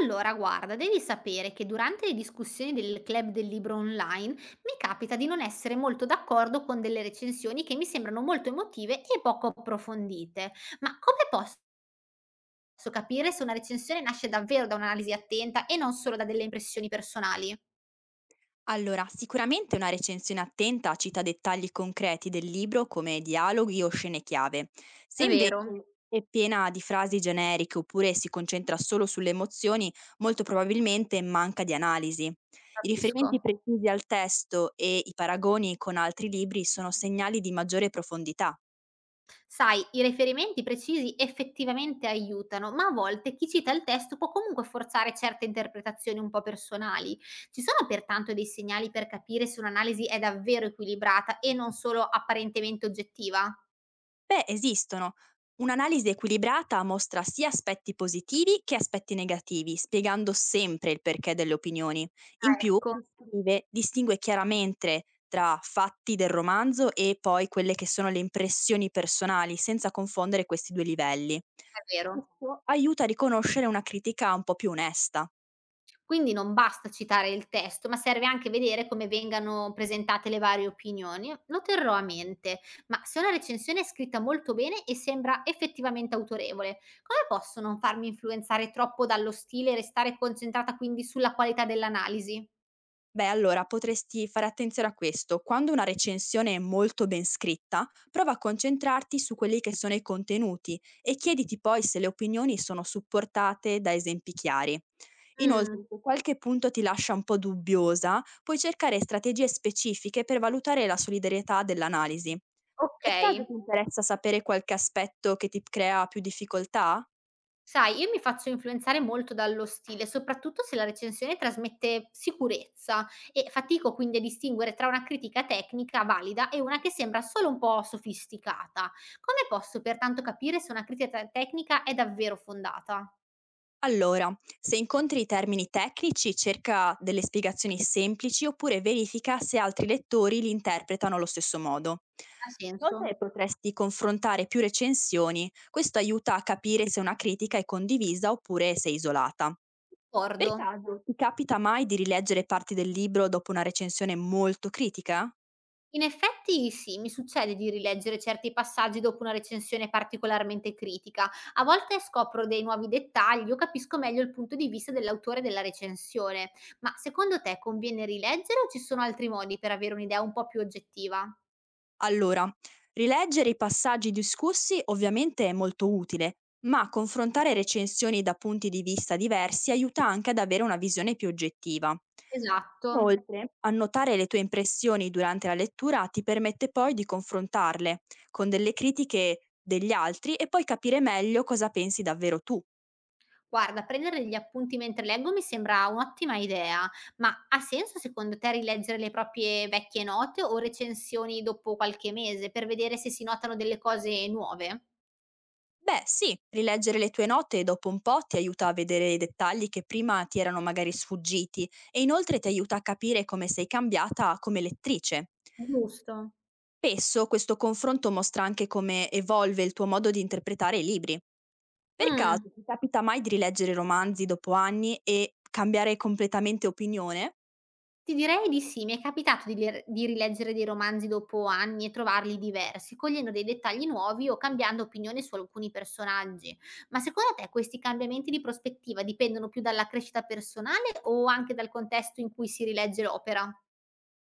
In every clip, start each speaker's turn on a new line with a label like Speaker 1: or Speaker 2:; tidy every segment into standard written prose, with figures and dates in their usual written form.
Speaker 1: Allora, guarda, devi sapere che durante le discussioni del club del libro online mi capita di non essere molto d'accordo con delle recensioni che mi sembrano molto emotive e poco approfondite. Ma come posso capire se una recensione nasce davvero da un'analisi attenta e non solo da delle impressioni personali?
Speaker 2: Allora, sicuramente una recensione attenta cita dettagli concreti del libro come dialoghi o scene chiave. Se
Speaker 1: È
Speaker 2: invece
Speaker 1: vero,
Speaker 2: Mhm. È piena di frasi generiche oppure si concentra solo sulle emozioni, molto probabilmente manca di analisi. I riferimenti
Speaker 1: capisco.
Speaker 2: precisi al testo e i paragoni con altri libri sono segnali di maggiore profondità.
Speaker 1: Sai, i riferimenti precisi effettivamente aiutano, ma a volte chi cita il testo può comunque forzare certe interpretazioni un po' personali. Ci sono pertanto dei segnali per capire se un'analisi è davvero equilibrata e non solo apparentemente oggettiva?
Speaker 2: Beh, esistono. Un'analisi equilibrata mostra sia aspetti positivi che aspetti negativi, spiegando sempre il perché delle opinioni. In
Speaker 1: Ah,
Speaker 2: più,
Speaker 1: ecco,
Speaker 2: chi scrive distingue chiaramente tra fatti del romanzo e poi quelle che sono le impressioni personali, senza confondere questi due livelli.
Speaker 1: è vero.
Speaker 2: Questo aiuta a riconoscere una critica un po' più onesta.
Speaker 1: Quindi non basta citare il testo, ma serve anche vedere come vengano presentate le varie opinioni. Lo terrò a mente, ma se una recensione è scritta molto bene e sembra effettivamente autorevole, come posso non farmi influenzare troppo dallo stile e restare concentrata quindi sulla qualità dell'analisi?
Speaker 2: Beh, allora potresti fare attenzione a questo. Quando una recensione è molto ben scritta, prova a concentrarti su quelli che sono i contenuti e chiediti poi se le opinioni sono supportate da esempi chiari.
Speaker 1: Mm,
Speaker 2: Inoltre, se qualche punto ti lascia un po' dubbiosa, puoi cercare strategie specifiche per valutare la solidarietà dell'analisi.
Speaker 1: ok.
Speaker 2: Per caso ti interessa sapere qualche aspetto che ti crea più difficoltà?
Speaker 1: Sai, io mi faccio influenzare molto dallo stile, soprattutto se la recensione trasmette sicurezza e fatico quindi a distinguere tra una critica tecnica valida e una che sembra solo un po' sofisticata. Come posso pertanto capire se una critica tecnica è davvero fondata?
Speaker 2: Allora, se incontri termini tecnici, cerca delle spiegazioni semplici oppure verifica se altri lettori li interpretano allo stesso modo.
Speaker 1: Ha
Speaker 2: Inoltre
Speaker 1: senso?
Speaker 2: potresti confrontare più recensioni, questo aiuta a capire se una critica è condivisa oppure se è isolata. Per
Speaker 1: D'accordo.
Speaker 2: caso, ti capita mai di rileggere parti del libro dopo una recensione molto critica?
Speaker 1: In effetti sì, mi succede di rileggere certi passaggi dopo una recensione particolarmente critica. A volte scopro dei nuovi dettagli o capisco meglio il punto di vista dell'autore della recensione. Ma secondo te conviene rileggere o ci sono altri modi per avere un'idea un po' più oggettiva?
Speaker 2: Allora, rileggere i passaggi discussi ovviamente è molto utile, ma confrontare recensioni da punti di vista diversi aiuta anche ad avere una visione più oggettiva.
Speaker 1: Esatto.
Speaker 2: Inoltre, annotare le tue impressioni durante la lettura ti permette poi di confrontarle con delle critiche degli altri e poi capire meglio cosa pensi davvero tu.
Speaker 1: Guarda, prendere degli appunti mentre leggo mi sembra un'ottima idea, ma ha senso secondo te rileggere le proprie vecchie note o recensioni dopo qualche mese per vedere se si notano delle cose nuove?
Speaker 2: Beh sì, rileggere le tue note dopo un po' ti aiuta a vedere i dettagli che prima ti erano magari sfuggiti e inoltre ti aiuta a capire come sei cambiata come lettrice.
Speaker 1: Giusto.
Speaker 2: Spesso questo confronto mostra anche come evolve il tuo modo di interpretare i libri. Per
Speaker 1: Mh,
Speaker 2: caso ti capita mai di rileggere romanzi dopo anni e cambiare completamente opinione?
Speaker 1: ti direi di sì. Mi è capitato di ler di rileggere dei romanzi dopo anni e trovarli diversi, cogliendo dei dettagli nuovi o cambiando opinione su alcuni personaggi. Ma secondo te questi cambiamenti di prospettiva dipendono più dalla crescita personale o anche dal contesto in cui si rilegge l'opera?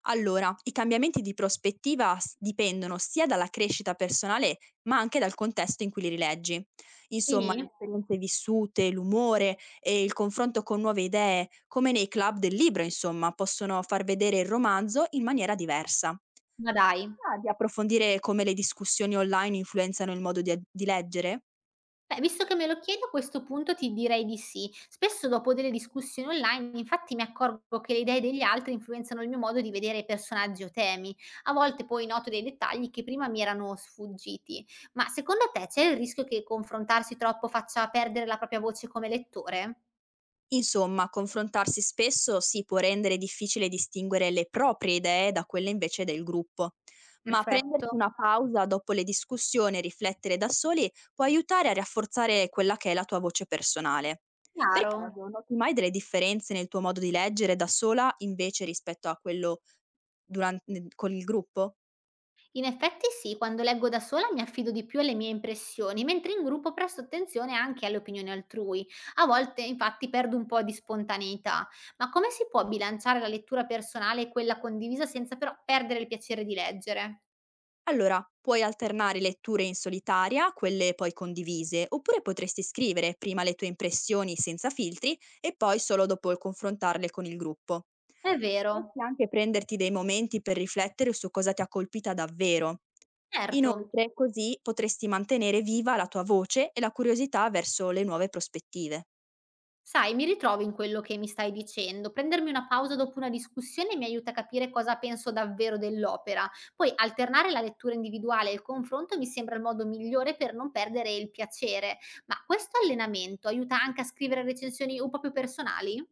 Speaker 2: Allora, i cambiamenti di prospettiva dipendono sia dalla crescita personale, ma anche dal contesto in cui li rileggi. Insomma,
Speaker 1: Sì?
Speaker 2: le esperienze vissute, l'umore e il confronto con nuove idee, come nei club del libro, insomma, possono far vedere il romanzo in maniera diversa.
Speaker 1: Ma dai.
Speaker 2: Ah, di approfondire come le discussioni online influenzano il modo di leggere?
Speaker 1: Beh, visto che me lo chiedi a questo punto ti direi di sì. Spesso dopo delle discussioni online, infatti, mi accorgo che le idee degli altri influenzano il mio modo di vedere personaggi o temi. A volte poi noto dei dettagli che prima mi erano sfuggiti. Ma secondo te c'è il rischio che confrontarsi troppo faccia perdere la propria voce come lettore?
Speaker 2: Insomma, confrontarsi spesso sì può rendere difficile distinguere le proprie idee da quelle invece del gruppo, ma prendersi
Speaker 1: Perfetto.
Speaker 2: una pausa dopo le discussioni e riflettere da soli può aiutare a rafforzare quella che è la tua voce personale. Per
Speaker 1: Chiaro.
Speaker 2: caso noti mai delle differenze nel tuo modo di leggere da sola invece rispetto a quello duran- con il gruppo?
Speaker 1: In effetti sì, quando leggo da sola mi affido di più alle mie impressioni, mentre in gruppo presto attenzione anche alle opinioni altrui. A volte infatti perdo un po' di spontaneità, ma come si può bilanciare la lettura personale e quella condivisa senza però perdere il piacere di leggere?
Speaker 2: Allora, puoi alternare letture in solitaria, quelle poi condivise, oppure potresti scrivere prima le tue impressioni senza filtri e poi solo dopo il confrontarle con il gruppo.
Speaker 1: È vero,
Speaker 2: Potresti anche prenderti dei momenti per riflettere su cosa ti ha colpita davvero.
Speaker 1: certo.
Speaker 2: Inoltre, così potresti mantenere viva la tua voce e la curiosità verso le nuove prospettive.
Speaker 1: Sai, mi ritrovo in quello che mi stai dicendo. Prendermi una pausa dopo una discussione mi aiuta a capire cosa penso davvero dell'opera. Poi alternare la lettura individuale e il confronto mi sembra il modo migliore per non perdere il piacere. Ma questo allenamento aiuta anche a scrivere recensioni un po' più personali?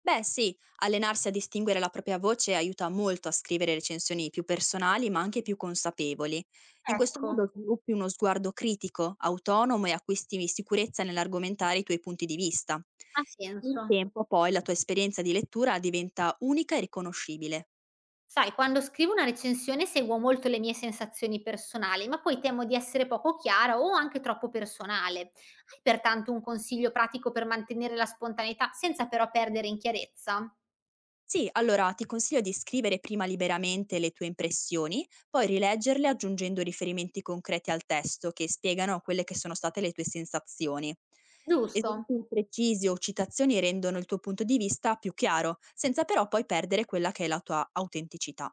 Speaker 2: Beh sì, allenarsi a distinguere la propria voce aiuta molto a scrivere recensioni più personali ma anche più consapevoli. In questo
Speaker 1: Ecco,
Speaker 2: modo sviluppi uno sguardo critico, autonomo e acquisti sicurezza nell'argomentare i tuoi punti di vista.
Speaker 1: ha
Speaker 2: Nel
Speaker 1: senso.
Speaker 2: tempo poi la tua esperienza di lettura diventa unica e riconoscibile.
Speaker 1: Sai, quando scrivo una recensione seguo molto le mie sensazioni personali, ma poi temo di essere poco chiara o anche troppo personale. Hai pertanto un consiglio pratico per mantenere la spontaneità senza però perdere in chiarezza?
Speaker 2: Sì, allora ti consiglio di scrivere prima liberamente le tue impressioni, poi rileggerle aggiungendo riferimenti concreti al testo che spiegano quelle che sono state le tue sensazioni.
Speaker 1: Giusto.
Speaker 2: Esempi precisi o citazioni rendono il tuo punto di vista più chiaro, senza però poi perdere quella che è la tua autenticità.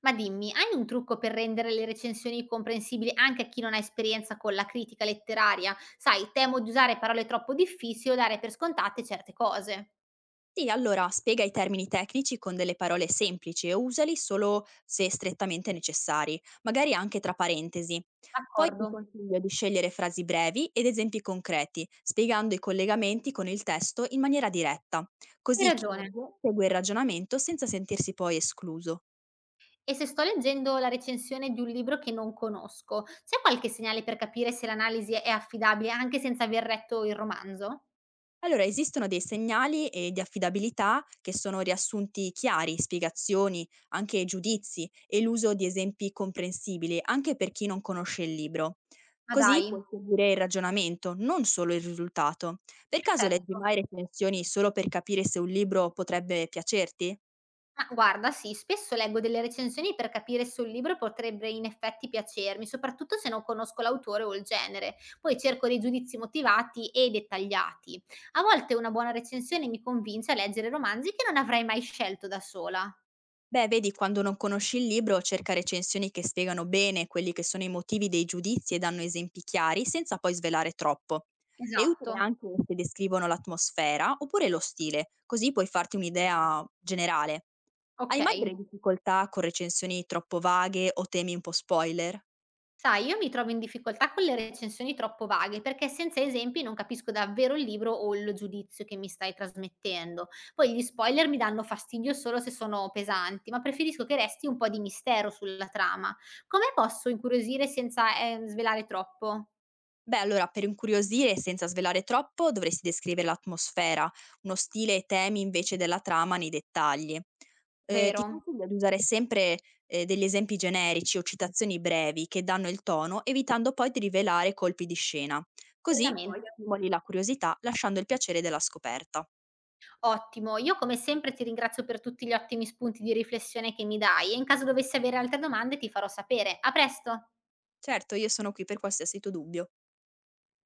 Speaker 1: Ma dimmi, hai un trucco per rendere le recensioni comprensibili anche a chi non ha esperienza con la critica letteraria? Sai, temo di usare parole troppo difficili o dare per scontate certe cose.
Speaker 2: Sì, allora spiega i termini tecnici con delle parole semplici e usali solo se strettamente necessari, magari anche tra parentesi. Poi ti
Speaker 1: D'accordo.
Speaker 2: consiglio di scegliere frasi brevi ed esempi concreti, spiegando i collegamenti con il testo in maniera diretta,
Speaker 1: Hai
Speaker 2: così chi
Speaker 1: ragione.
Speaker 2: legge segue il ragionamento senza sentirsi poi escluso.
Speaker 1: E se sto leggendo la recensione di un libro che non conosco, c'è qualche segnale per capire se l'analisi è affidabile anche senza aver letto il romanzo?
Speaker 2: Allora, esistono dei segnali, di affidabilità che sono riassunti chiari, spiegazioni, anche giudizi e l'uso di esempi comprensibili, anche per chi non conosce il libro.
Speaker 1: Ma
Speaker 2: Così
Speaker 1: dai,
Speaker 2: puoi seguire il ragionamento, non solo il risultato. Per caso leggi
Speaker 1: perfetto.
Speaker 2: mai recensioni solo per capire se un libro potrebbe piacerti?
Speaker 1: Ma guarda, sì, spesso leggo delle recensioni per capire se un libro potrebbe in effetti piacermi, soprattutto se non conosco l'autore o il genere. Poi cerco dei giudizi motivati e dettagliati. A volte una buona recensione mi convince a leggere romanzi che non avrei mai scelto da sola.
Speaker 2: Beh, vedi, quando non conosci il libro, cerca recensioni che spiegano bene quelli che sono i motivi dei giudizi e danno esempi chiari, senza poi svelare troppo. È utile
Speaker 1: Esatto.
Speaker 2: anche se descrivono l'atmosfera oppure lo stile, così puoi farti un'idea generale.
Speaker 1: Ok.
Speaker 2: Hai mai delle difficoltà con recensioni troppo vaghe o temi un po' spoiler?
Speaker 1: Sai, io mi trovo in difficoltà con le recensioni troppo vaghe perché senza esempi non capisco davvero il libro o il giudizio che mi stai trasmettendo. Poi gli spoiler mi danno fastidio solo se sono pesanti, ma preferisco che resti un po' di mistero sulla trama. Come posso incuriosire senza svelare troppo?
Speaker 2: Beh, allora, per incuriosire senza svelare troppo, dovresti descrivere l'atmosfera, uno stile e temi invece della trama nei dettagli. Ti
Speaker 1: Vero?
Speaker 2: consiglio di usare sempre degli esempi generici o citazioni brevi che danno il tono, evitando poi di rivelare colpi di scena. Così poi
Speaker 1: Certamente.
Speaker 2: stimoli la curiosità, lasciando il piacere della scoperta.
Speaker 1: Ottimo, io come sempre ti ringrazio per tutti gli ottimi spunti di riflessione che mi dai e in caso dovessi avere altre domande ti farò sapere. A presto!
Speaker 2: Certo, io sono qui per qualsiasi tuo dubbio.